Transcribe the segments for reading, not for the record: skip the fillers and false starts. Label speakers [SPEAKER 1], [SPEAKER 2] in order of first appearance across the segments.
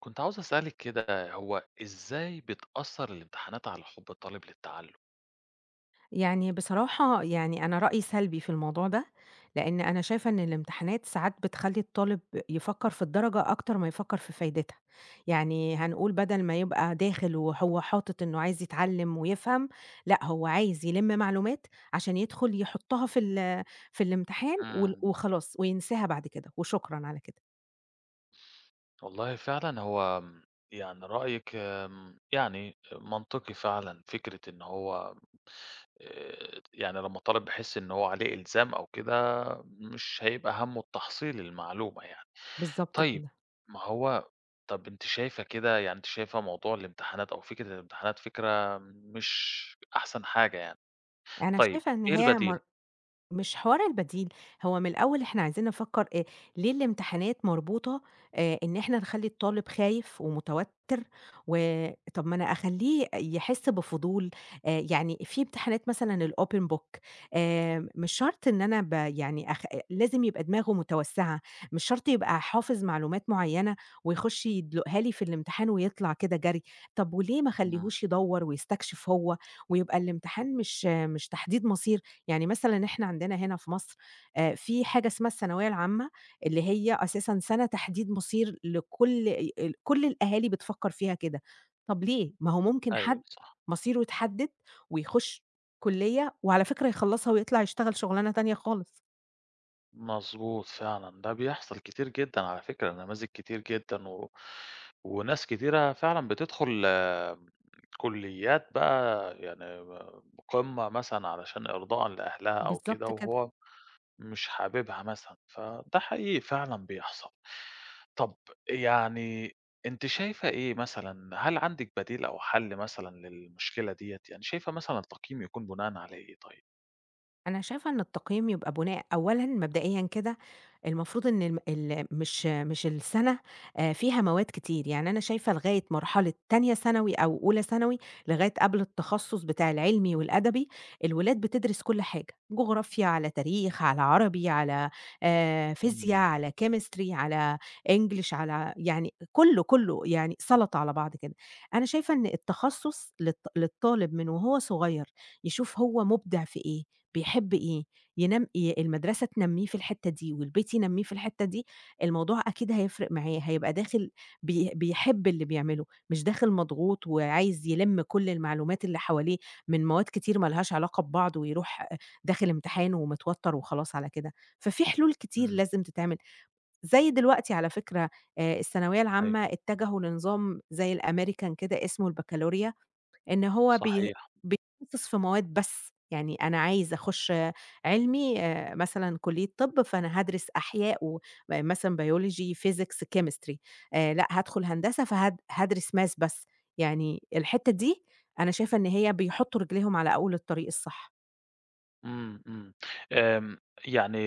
[SPEAKER 1] كنت عاوز أسألِك كده، هو إزاي بتأثّر الامتحانات على حُب الطالب للتعلُّم؟
[SPEAKER 2] يعني بصراحة يعني أنا رأيي سلبي في الموضوع ده، لإن أنا شايفة إن الامتحانات ساعات بتخلّي الطالب يفكّر في الدرجة أكتر ما يفكّر في فايدتها، يعني هنقول بدل ما يبقى داخل وهو حاطط إنه عايز يتعلّم ويفهم، لأ هو عايز يلِم معلومات عشان يدخل يحطّها في الامتحان
[SPEAKER 1] إمم.
[SPEAKER 2] وخلاص وينساها بعد كده وشكرًا على كده،
[SPEAKER 1] والله فعلًا هو يعني رأيِك يعني منطقي فعلًا، فكرة إن هو يعني لمّا الطالب بيحس إن هو عليه إلزام أو كده، مش هيبقى هَمُّه التحصيل المعلومة يعني.
[SPEAKER 2] بالضبط
[SPEAKER 1] طيب،
[SPEAKER 2] كده،
[SPEAKER 1] ما هو طَب أنتِ شايفة كده يعني أنتِ شايفة موضوع الامتحانات أو فكرة الامتحانات فكرة مش أحسن حاجة يعني،
[SPEAKER 2] أنا
[SPEAKER 1] طيب
[SPEAKER 2] شايفة إن
[SPEAKER 1] إيه
[SPEAKER 2] هي
[SPEAKER 1] البديل؟
[SPEAKER 2] مش حوار البديل، هو من الأول إحنا عايزين نفكّر ليه الامتحانات مربوطة إن إحنا نخلّي الطالب خايف ومتوتّر، و طَب ما أنا أخلّيه يحس بفضول، يعني في امتحانات مثلًا الopen book، مش شرط إن أنا ب يعني أخ لازم يبقى دماغه متوسّعة، مش شرط يبقى حافظ معلومات معيّنة ويخُش يدلقها لي في الامتحان ويطلع كده جري، طَب وليه ما
[SPEAKER 1] إمم.
[SPEAKER 2] أخلّيهوش يدوّر ويستكشف هو، ويبقى الامتحان مش تحديد مصير، يعني مثلًا إحنا عندنا هنا في مصر في حاجة اسمها الثانوية العامة، اللي هي أساسًا سَنة تحديد مصير لكل ي ال كل الأهالي بتفكّر فيها كده، طَب ليه؟ ما هو ممكن
[SPEAKER 1] أيوه،
[SPEAKER 2] حد
[SPEAKER 1] صح.
[SPEAKER 2] مصيره يتحدد ويخُش كُلّية وعلى فكرة يخلّصها ويطلع يشتغل شُغلانة تانية خالص.
[SPEAKER 1] مضبوط فعلًا، ده بيحصل كتير جدًا على فكرة، نماذج كتير جدًا وناس كتيرة فعلًا بتدخل آمم، كليات بقى يعني ب قمة مثلًا علشان إرضاءً لأهلها أو كده،
[SPEAKER 2] بالضبط كده.
[SPEAKER 1] وهو مش حاببها مثلًا، فده حقيقي فعلًا بيحصل. طب يعني أنتِ شايفة إيه مثلًا، هل عندِك بديل أو حل مثلًا للمشكلة ديّة؟ يعني شايفة مثلًا التقييم يكون بناءً على إيه طيب؟
[SPEAKER 2] أنا شايفة إن التقييم يبقى بناء أولًا مبدئيًا كده، المفروض إن الم ال مش السَنة فيها مواد كتير، يعني أنا شايفة لغاية مرحلة تانية ثانوي أو أولى ثانوي، لغاية قبل التخصُّص بتاع العلمي والأدبي، الولاد بتدرس كل حاجة، جغرافيا، على تاريخ، على عربي، على فيزيا،
[SPEAKER 1] إمم،
[SPEAKER 2] على chemistry، على English، على يعني كُلّه، كُلّه، يعني سَلَطة على بعض كده. أنا شايفة إن التخصُّص للطالب من وهو صغير يشوف هو مُبدع في إيه، بيحب إيه، ينم ي المدرسة تنمّيه في الحتّة دي والبيت ينمّيه في الحتّة دي، الموضوع أكيد هيفرق معاه، هيبقى داخل بيحب اللي بيعمله، مش داخل مضغوط وعايز يلِم كل المعلومات اللي حواليه من مواد كتير ما لهاش علاقة ببعض ويروح داخل امتحان ومتوتّر وخلاص على كده، ففي حلول كتير
[SPEAKER 1] إمم،
[SPEAKER 2] لازم تتعمل، زي دلوقتي على فكرة الثانوية
[SPEAKER 1] أيوه،
[SPEAKER 2] العامة اتجهوا لنظام زي الأمريكان كده اسمه البكالوريا، إن هو
[SPEAKER 1] صحيح.
[SPEAKER 2] بيتخصص في مواد بس، يعني أنا عايز أخُش علمي مثلًا كُلّية طِب، فأنا هادرس أحياء و مثلًا biology، physics، chemistry، لأ، هادخُل هندسة فهاد هادرس math بس، يعني الحتّة دي أنا شايفة إن هي بيحطّوا رجليهم على أول الطريق الصح.
[SPEAKER 1] إمم، إمم. آمم، يعني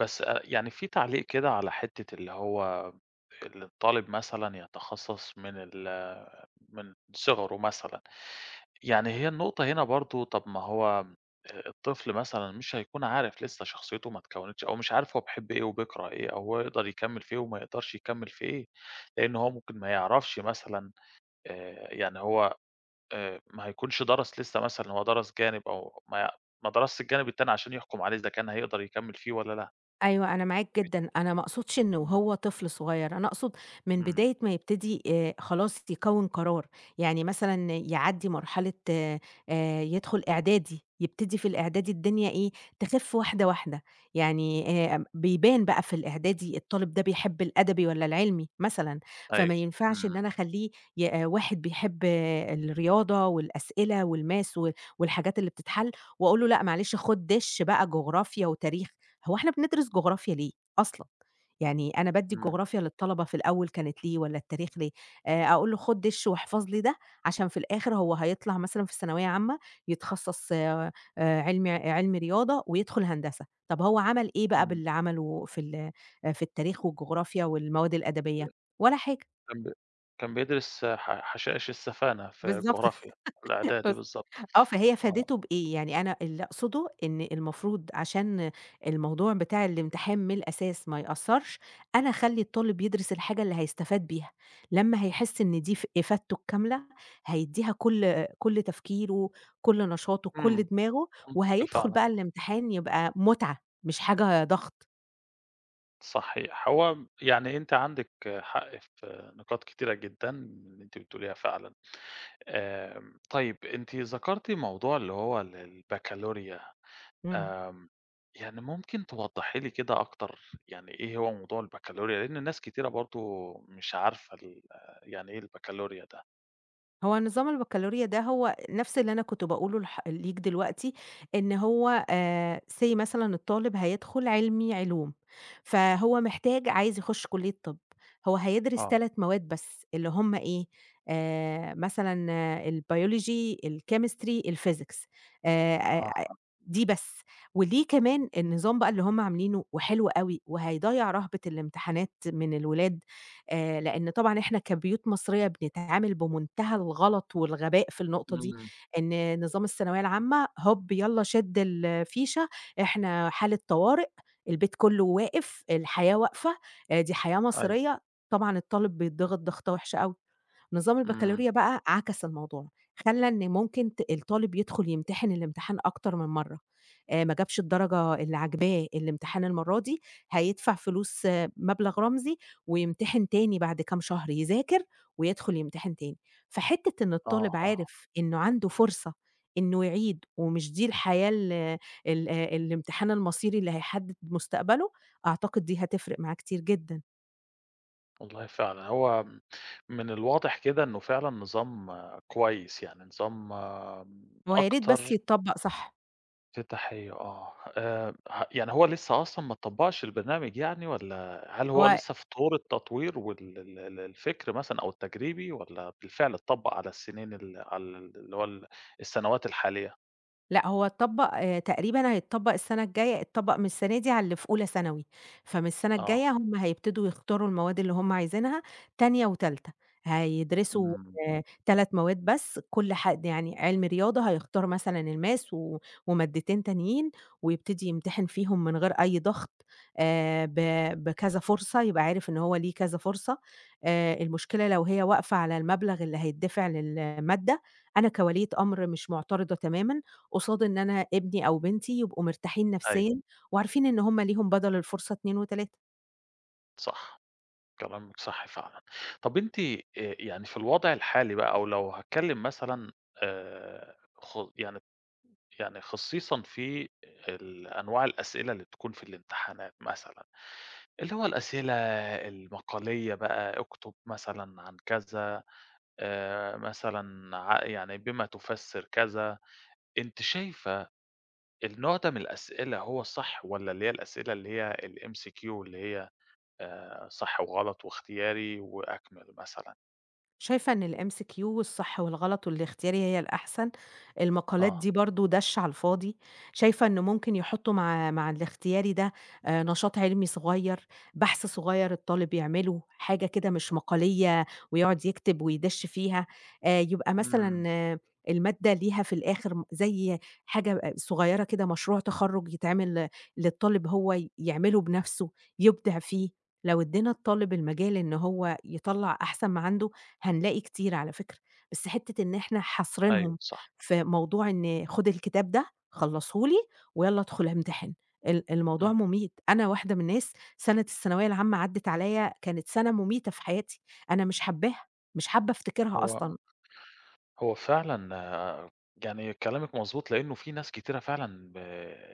[SPEAKER 1] بس يعني في تعليق كده على حتّة اللي هو اللي الطالب مثلًا يتخصص من ال من صغره مثلًا، يعني هي النقطة هنا برضه طب ما هو الطفل مثلًا مش هيكون عارف لسه شخصيته ما اتكونتش أو مش عارف هو بيحب إيه وبيكره إيه أو هو يقدر يكمّل في إيه وما يقدرش يكمّل في إيه، لإن هو ممكن ما يعرفش مثلًا يعني هو ما هيكونش درس لسه مثلًا، هو درس جانب أو ما ي- ما درسش الجانب التاني عشان يحكم عليه إذا كان هيقدر يكمّل فيه والّا لأ.
[SPEAKER 2] أيوه، أنا معاك
[SPEAKER 1] أكيد،
[SPEAKER 2] جدًا، أنا ما أقصدش إنه
[SPEAKER 1] إمم.
[SPEAKER 2] وهو طفل صغير، أنا أقصد من
[SPEAKER 1] إمم،
[SPEAKER 2] بداية ما يبتدي خلاص يكوّن قرار، يعني مثلًا يعدّي مرحلة يدخل إعدادي، يبتدي في الإعدادي الدنيا إيه، تخِف واحدة، واحدة، يعني بيبان بقى في الإعدادي الطالب ده بيحب الأدبي والّا العلمي مثلًا،
[SPEAKER 1] أيوه،
[SPEAKER 2] فما ينفعش إن
[SPEAKER 1] إمم،
[SPEAKER 2] أنا أخلّيه ي واحد بيحب آه، الرياضة والأسئلة والmath و والحاجات اللي بتتحل، وأقول له لأ معلش خُد دِش بقى جغرافيا وتاريخ. هو إحنا بندرس جغرافيا ليه أصلًا؟ يعني أنا بادّي
[SPEAKER 1] إمم،
[SPEAKER 2] الجغرافيا للطلبة في الأول كانت ليه والّا التاريخ ليه؟ أقول له خُد دِش واحفظ لي ده، عشان في الآخر هو هيطلع مثلًا في ثانوية عامة يتخصص علمي رياضة ويدخل هندسة، طب هو عمل إيه بقى
[SPEAKER 1] إمم،
[SPEAKER 2] باللي عمله في ال آه، في التاريخ والجغرافيا والمواد الأدبية؟
[SPEAKER 1] ك
[SPEAKER 2] ولا حاجة.
[SPEAKER 1] كان ب كان بيدرس حشائش السفانة في
[SPEAKER 2] بالضبط.
[SPEAKER 1] جغرافيا، الإعدادي بالضبط،
[SPEAKER 2] آه، فهي
[SPEAKER 1] آه،
[SPEAKER 2] فادته بإيه؟ يعني أنا اللي أقصده إن المفروض عشان الموضوع بتاع الامتحان من الأساس ما يأثّرش، أنا أخلّي الطالب يدرس الحاجة اللي هيستفاد بيها، لمّا هيحس إن دي إفادته الكاملة، هيدّيها كل تفكيره، كل نشاطه، كل
[SPEAKER 1] إمم،
[SPEAKER 2] دماغه،
[SPEAKER 1] منطقي
[SPEAKER 2] وهيدخل
[SPEAKER 1] فعلًا،
[SPEAKER 2] بقى الامتحان يبقى متعة مش حاجة ضغط.
[SPEAKER 1] صحيح. هو يعني أنتِ عندِك حق في نقاط كتيرة جدًا من اللي أنتِ بتقوليها فعلًا. آمم، طيب أنتِ ذكرتِ موضوع اللي هو ال البكالوريا.
[SPEAKER 2] إمم.
[SPEAKER 1] آمم، يعني ممكن توضحي لي كده أكتر يعني إيه هو موضوع البكالوريا؟ لأن ناس كتيرة برضه مش عارفة ال يعني إيه البكالوريا ده؟
[SPEAKER 2] هو نظام البكالوريا ده هو نفس اللي أنا كنت باقوله ليك دلوقتي، إن هو say مثلًا الطالب هيدخل علمي علوم، فهو محتاج عايز يخش كلية طب، هو هيدرس
[SPEAKER 1] آه،
[SPEAKER 2] 3 مواد بس اللي هم إيه، مثلًا آه، البيولوجي، الchemistry، الphysics، أ أ
[SPEAKER 1] آه،
[SPEAKER 2] دي بس، وليه كمان النظام بقى اللي هم عاملينه وحلو أوي وهيضيّع رهبة الامتحانات من الولاد، لإن طبعًا إحنا كبيوت مصرية بنتعامل بمنتهى الغلط والغباء في النقطة دي،
[SPEAKER 1] إمم،
[SPEAKER 2] إن نظام الثانوية العامة هوب يالّا شِد الفيشة، إحنا حالة طوارئ، البيت كُلّه واقف، الحياة واقفة، دي حياة
[SPEAKER 1] أيوه،
[SPEAKER 2] مصرية، طبعًا الطالب بيتضغط ضغطة وِحشة أوي. نظام
[SPEAKER 1] إمم،
[SPEAKER 2] البكالوريا بقى عكس الموضوع، خلّى إن ممكن الطالب يدخل يمتحن الامتحان أكتر من مرّة، ما جابش الدرجة اللي عاجباه الامتحان المرّة دي، هيدفع فلوس آه، مبلغ رمزي ويمتحن تاني بعد كام شهر، يذاكر ويدخل يمتحن تاني. فحتّة إن
[SPEAKER 1] آه،
[SPEAKER 2] الطالب
[SPEAKER 1] آه،
[SPEAKER 2] عارف إنه عنده فرصة إنه يعيد ومش دي الحياة ال ال الامتحان المصيري اللي هيحدد مستقبله، أعتقد دي هتفرق معاه كتير جدًا،
[SPEAKER 1] والله فعلًا هو من الواضح كده إنه فعلًا نظام آه، كويس، يعني نظام آه،
[SPEAKER 2] ويا ريت
[SPEAKER 1] أكتر
[SPEAKER 2] بس يتطبّق صح.
[SPEAKER 1] في تحيّة آه. ه يعني هو لسّه أصلًا ما اتطبّقش البرنامج يعني والّا هل هو
[SPEAKER 2] هو
[SPEAKER 1] لسّه في طور التطوير وال ال ال الفكر مثلًا أو التجريبي والّا بالفعل اتطبّق على السنين ال على ال اللي هو ال السنوات الحالية؟
[SPEAKER 2] لأ، هو اتطبّق تقريبًا هيتطبّق السَنة الجاية، اتطبّق من السَنة دي على اللي في أولى ثانوي، فمن السَنة
[SPEAKER 1] آه.
[SPEAKER 2] الجاية هم هيبتدوا يختاروا المواد اللي هم عايزينها تانية وتالتة، هيدرسوا
[SPEAKER 1] إمم.
[SPEAKER 2] 3 مواد بس، كل حد يعني علم رياضة هيختار مثلًا الMaths و ومادتين تانيين ويبتدي يمتحن فيهم من غير أي ضغط ب بكذا فرصة، يبقى عارف إن هو ليه كذا فرصة، المشكلة لو هي واقفة على المبلغ اللي هيتدفع للمادة، أنا كولية أمر مش مُعترضة تمامًا قصاد إن أنا ابني أو بنتي يبقوا مرتاحين
[SPEAKER 1] أيوه
[SPEAKER 2] نفسيًا وعارفين إن هم ليهم بدَل الفرصة 2 و3.
[SPEAKER 1] صح. كلامِك صح فعلًا. طب أنتِ يعني في الوضع الحالي بقى أو لو هاتكلّم مثلًا خ يعني يعني خصيصًا في ال أنواع الأسئلة اللي بتكون في الامتحانات مثلًا. اللي هو الأسئلة المقالية بقى، اكتب مثلًا عن كذا، مثلًا ع يعني بما تفسّر كذا، أنتِ شايفة النوع ده من الأسئلة هو الصح والّا اللي هي الأسئلة اللي هي الMCQ اللي هي صح وغلط واختياري وأكمل مثلًا؟
[SPEAKER 2] شايفة إن الMCQ والصح والغلط والاختياري هي الأحسن، المقالات
[SPEAKER 1] آه،
[SPEAKER 2] دي برضه دَش على الفاضي، شايفة إن ممكن يحطّوا مع الاختياري ده نشاط علمي صغير، بحث صغير الطالب يعمله، حاجة كده مش مقالية ويقعد يكتب ويدِش فيها، يبقى مثلًا
[SPEAKER 1] إمم،
[SPEAKER 2] آه، المادة ليها في الآخر زي حاجة آه، صغيرة كده مشروع تخرُّج يتعمل للطالب هو يعمله بنَفْسه، يُبدع فيه، لو ادّينا الطالب المجال إن هو يطلّع أحسن ما عنده هنلاقي كتير على فكرة، بس حتّة إن إحنا
[SPEAKER 1] أيوه
[SPEAKER 2] حاصرينهم
[SPEAKER 1] صح،
[SPEAKER 2] في موضوع إن خُد الكتاب ده، خلّصه لي، ويالّا ادخل امتحن، الموضوع
[SPEAKER 1] إمم،
[SPEAKER 2] مُميت، أنا واحدة من الناس سَنة الثانوية العامة عدّت عليّا كانت سَنة مُميتة في حياتي، أنا مش حاباها، مش حابة أفتكرها
[SPEAKER 1] هو
[SPEAKER 2] أصلًا،
[SPEAKER 1] هو فعلًا آه، يعني كلامِك مضبوط، لإنه في ناس كتيرة فعلًا ب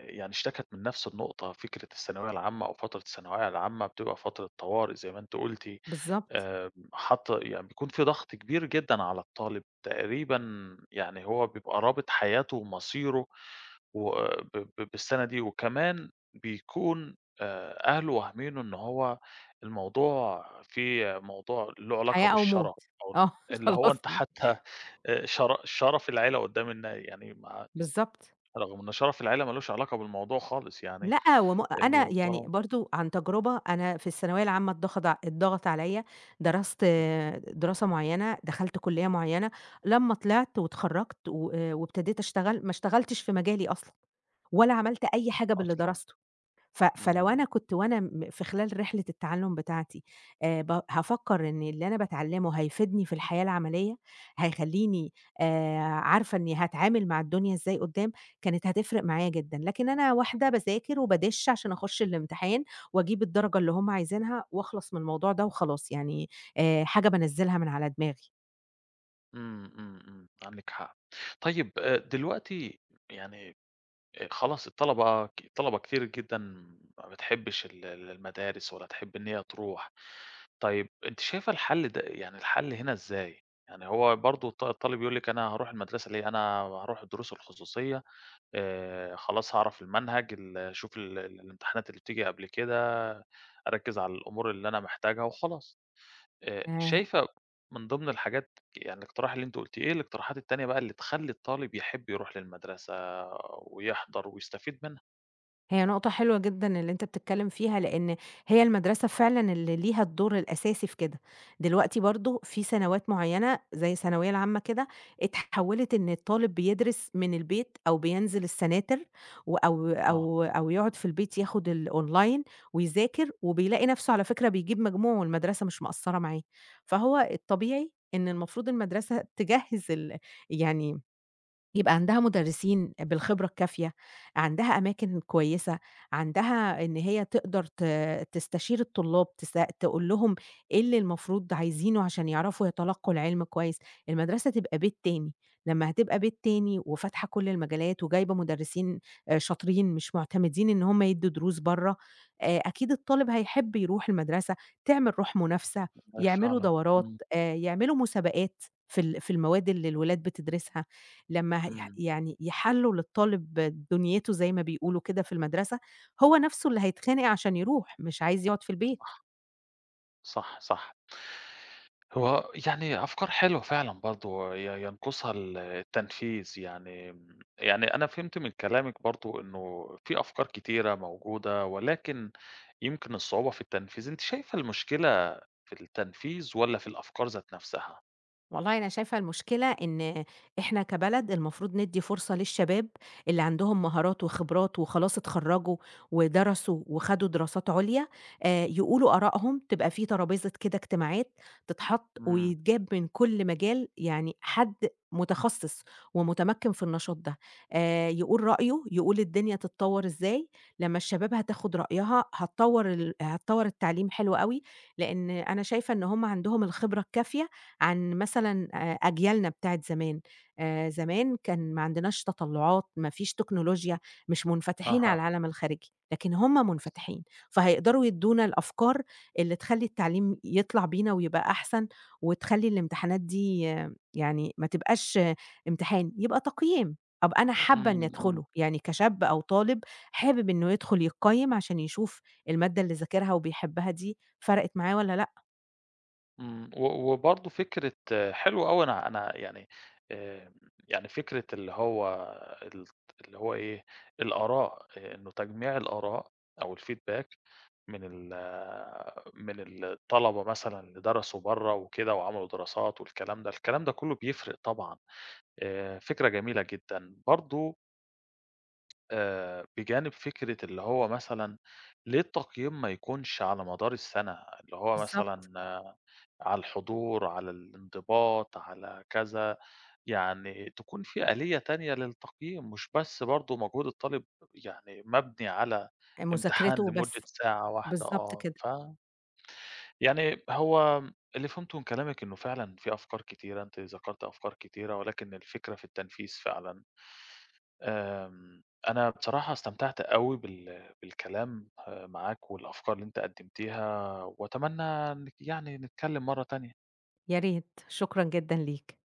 [SPEAKER 1] يعني اشتكت من نفس النقطة، فكرة الثانوية العامة أو فترة الثانوية العامة بتبقى فترة طوارئ زي ما أنتِ قُلتِ،
[SPEAKER 2] بالضبط،
[SPEAKER 1] حط يعني بيكون في ضغط كبير جدًا على الطالب، تقريبًا يعني هو بيبقى رابط حياته ومصيره و ب ب بالسنة دي، وكمان بيكون أهله واهمينه إن هو الموضوع فيه موضوع له علاقة
[SPEAKER 2] حياة أو
[SPEAKER 1] بالشَرَف
[SPEAKER 2] موت،
[SPEAKER 1] أو
[SPEAKER 2] آه
[SPEAKER 1] اللي هو
[SPEAKER 2] خلاص
[SPEAKER 1] أنت
[SPEAKER 2] يعني،
[SPEAKER 1] حتى شر شَرَف العيلة قدّام النا يعني مع
[SPEAKER 2] بالضبط.
[SPEAKER 1] رغم إن شَرَف العيلة ما لوش علاقة بالموضوع خالص يعني،
[SPEAKER 2] لأ، أنا
[SPEAKER 1] لإنه
[SPEAKER 2] يعني
[SPEAKER 1] طالما
[SPEAKER 2] برضه عن تجربة، أنا في الثانوية العامة اتضغط عليَّ، درست آه، دراسة معيّنة، دخلت كلية معيّنة، لمّا طلعت واتخرجت و آه، وابتديت أشتغل، ما اشتغلتش في مجالي أصلًا، ولا عملت أي حاجة باللي
[SPEAKER 1] أصلًا
[SPEAKER 2] درسته. فلو
[SPEAKER 1] إمم،
[SPEAKER 2] أنا كنت وأنا في خلال رحلة التعلُّم بتاعتي ب هافكّر إن اللي أنا باتعلّمه هيفيدني في الحياة العملية، هيخلّيني عارفة إنّي هاتعامل مع الدنيا إزاي قُدّام، كانت هتفرق معايا جدًا، لكن أنا واحدة باذاكر وبادِش عشان أخُش الامتحان وأجيب الدرجة اللي هم عايزينها واخلص من الموضوع ده وخلاص، يعني حاجة بانزّلها من على دماغي.
[SPEAKER 1] إمم، إمم، إمم، عندِك حق. طيب دلوقتي يعني خلاص الطلبة كتير جدًا ما بتحبّش ال المدارس ولا تحب إن هي تروح. طيب أنتِ شايفة الحل ده يعني الحل هنا إزاي؟ يعني هو برضه الطالب يقول لِك أنا هاروح المدرسة ليه، أنا هاروح الدروس الخصوصية خلاص هاعرف المنهج ال أشوف الامتحانات اللي بتيجي قبل كده، أركّز على الأمور اللي أنا محتاجها وخلاص.
[SPEAKER 2] آآ
[SPEAKER 1] شايفة من ضمن الحاجات يعني الاقتراح اللي أنتِ قلتيه، إيه الاقتراحات التانية بقى اللي تخلّي الطالب يحب يروح للمدرسة ويحضر ويستفيد منها؟
[SPEAKER 2] هي نقطة حلوة جدًا اللي أنت بتتكلم فيها، لإن هي المدرسة فعلًا اللي ليها الدور الأساسي في كده. دلوقتي برضه في سنوات معيّنة زي الثانوية العامة كده، اتحوّلت إن الطالب بيدرس من البيت أو بينزل السناتر و أو
[SPEAKER 1] آه،
[SPEAKER 2] أو أو يقعد في البيت ياخد الأونلاين ويذاكر، وبيلاقي نَفْسه على فكرة بيجيب مجموع والمدرسة مش مقصّرة معاه. فهو الطبيعي إن المفروض المدرسة تجهّز يعني يبقى عندها مُدرّسين بالخبرة الكافية، عندها أماكن كويسة، عندها إن هي تقدر تستشير الطلاب، تقول لهم إيه اللي المفروض عايزينه عشان يعرفوا يتلقّوا العلم كويس. المدرسة تبقى بيت تاني، لمّا هتبقى بيت تاني وفاتحة كل المجالات وجايبة مُدرّسين شاطرين مش مُعتمدين إن هم يدّوا دروس برّه، أكيد الطالب هيحب يروح المدرسة، تعمل روح منافسة،
[SPEAKER 1] والله
[SPEAKER 2] يعملوا
[SPEAKER 1] فعلًا، إمم،
[SPEAKER 2] دورات، يعملوا مسابقات في المواد اللي الولاد بتدرسها. لمّا هيح
[SPEAKER 1] إمم،
[SPEAKER 2] يعني يحلّوا للطالب دنيته زي ما بيقولوا كده في المدرسة، هو نَفْسه اللي هيتخانق عشان يروح، مش عايز يقعد في البيت.
[SPEAKER 1] صح. صح، صح. هو يعني أفكار حلوة فعلًا برضه ي ينقصها ال التنفيذ، يعني آمم، يعني أنا فهمت من كلامِك برضه إنه في أفكار كتيرة موجودة، ولكن يمكن الصعوبة في التنفيذ. أنتِ شايفة المشكلة في التنفيذ والّا في الأفكار ذات نفسها؟
[SPEAKER 2] والله أنا شايفة المشكلة إن إحنا كبلد المفروض ندّي فرصة للشباب اللي عندهم مهارات وخبرات وخلاص اتخرّجوا ودرسوا وخدوا دراسات عُليا، يقولوا آرائهم، تبقى في ترابيزة كده اجتماعات تتحط
[SPEAKER 1] إمم،
[SPEAKER 2] ويتجاب من كل مجال يعني حد متخصص ومتمكِّن في النشاط ده، يقول رأيه، يقول الدنيا تتطوّر إزاي، لمّا الشباب هتاخُد رأيها هتطوّر التعليم حلو أوي، لإن أنا شايفة إن هم عندهم الخبرة الكافية عن مثلًا أجيالنا بتاعة زمان، زمان كان ما عندناش تطلُّعات، ما فيش تكنولوجيا، مش منفتحين على
[SPEAKER 1] أها،
[SPEAKER 2] العالم الخارجي، لكن هُم منفتحين، فهيقدروا يدّونا الأفكار اللي تخلّي التعليم يطلع بينا ويبقى أحسن، وتخلّي الامتحانات دي آه، يعني ما تبقاش آه، امتحان، يبقى تقييم، أبقى أنا حابة
[SPEAKER 1] إمم،
[SPEAKER 2] إني
[SPEAKER 1] إمم.
[SPEAKER 2] أدخله، يعني كشاب أو طالب حابب إنه يدخل يتقيّم عشان يشوف المادة اللي ذاكرها وبيحبها دي فرقت معاه والّا لأ،
[SPEAKER 1] إمم، وبرضه فكرة حلو أوي أنا يعني آآ، يعني فكرة اللي هو ال اللي هو إيه، الآراء آه، إنه تجميع الآراء أو الfeedback من ال آه، من الطلبة مثلًا اللي درسوا برّه وكده وعملوا دراسات والكلام ده، الكلام ده كلّه بيفرق طبعًا، فكرة جميلة جدًا برضه بجانب فكرة اللي هو مثلًا ليه التقييم ما يكونش على مدار السنة، اللي هو
[SPEAKER 2] بالضبط،
[SPEAKER 1] مثلًا آه، على الحضور، على الانضباط، على كذا، يعني تكون في آلية تانية للتقييم، مش بس برضه مجهود الطالب يعني مبني على
[SPEAKER 2] مذاكرته
[SPEAKER 1] امتحان لمدة
[SPEAKER 2] وبس.
[SPEAKER 1] ساعة واحدة
[SPEAKER 2] بالضبط
[SPEAKER 1] آه،
[SPEAKER 2] كده،
[SPEAKER 1] ف يعني هو اللي فهمته من كلامِك إنه فعلًا في أفكار كتيرة، أنتِ ذكرتِ أفكار كتيرة، ولكن الفكرة في التنفيذ فعلًا. آمم، أنا بصراحة استمتعت أوي بالكلام آه، معاك والأفكار اللي أنت قدّمتيها، وأتمنى إنِّك يعني نتكلم مرّة تانية.
[SPEAKER 2] يا ريت، شكرًا جدًا ليك.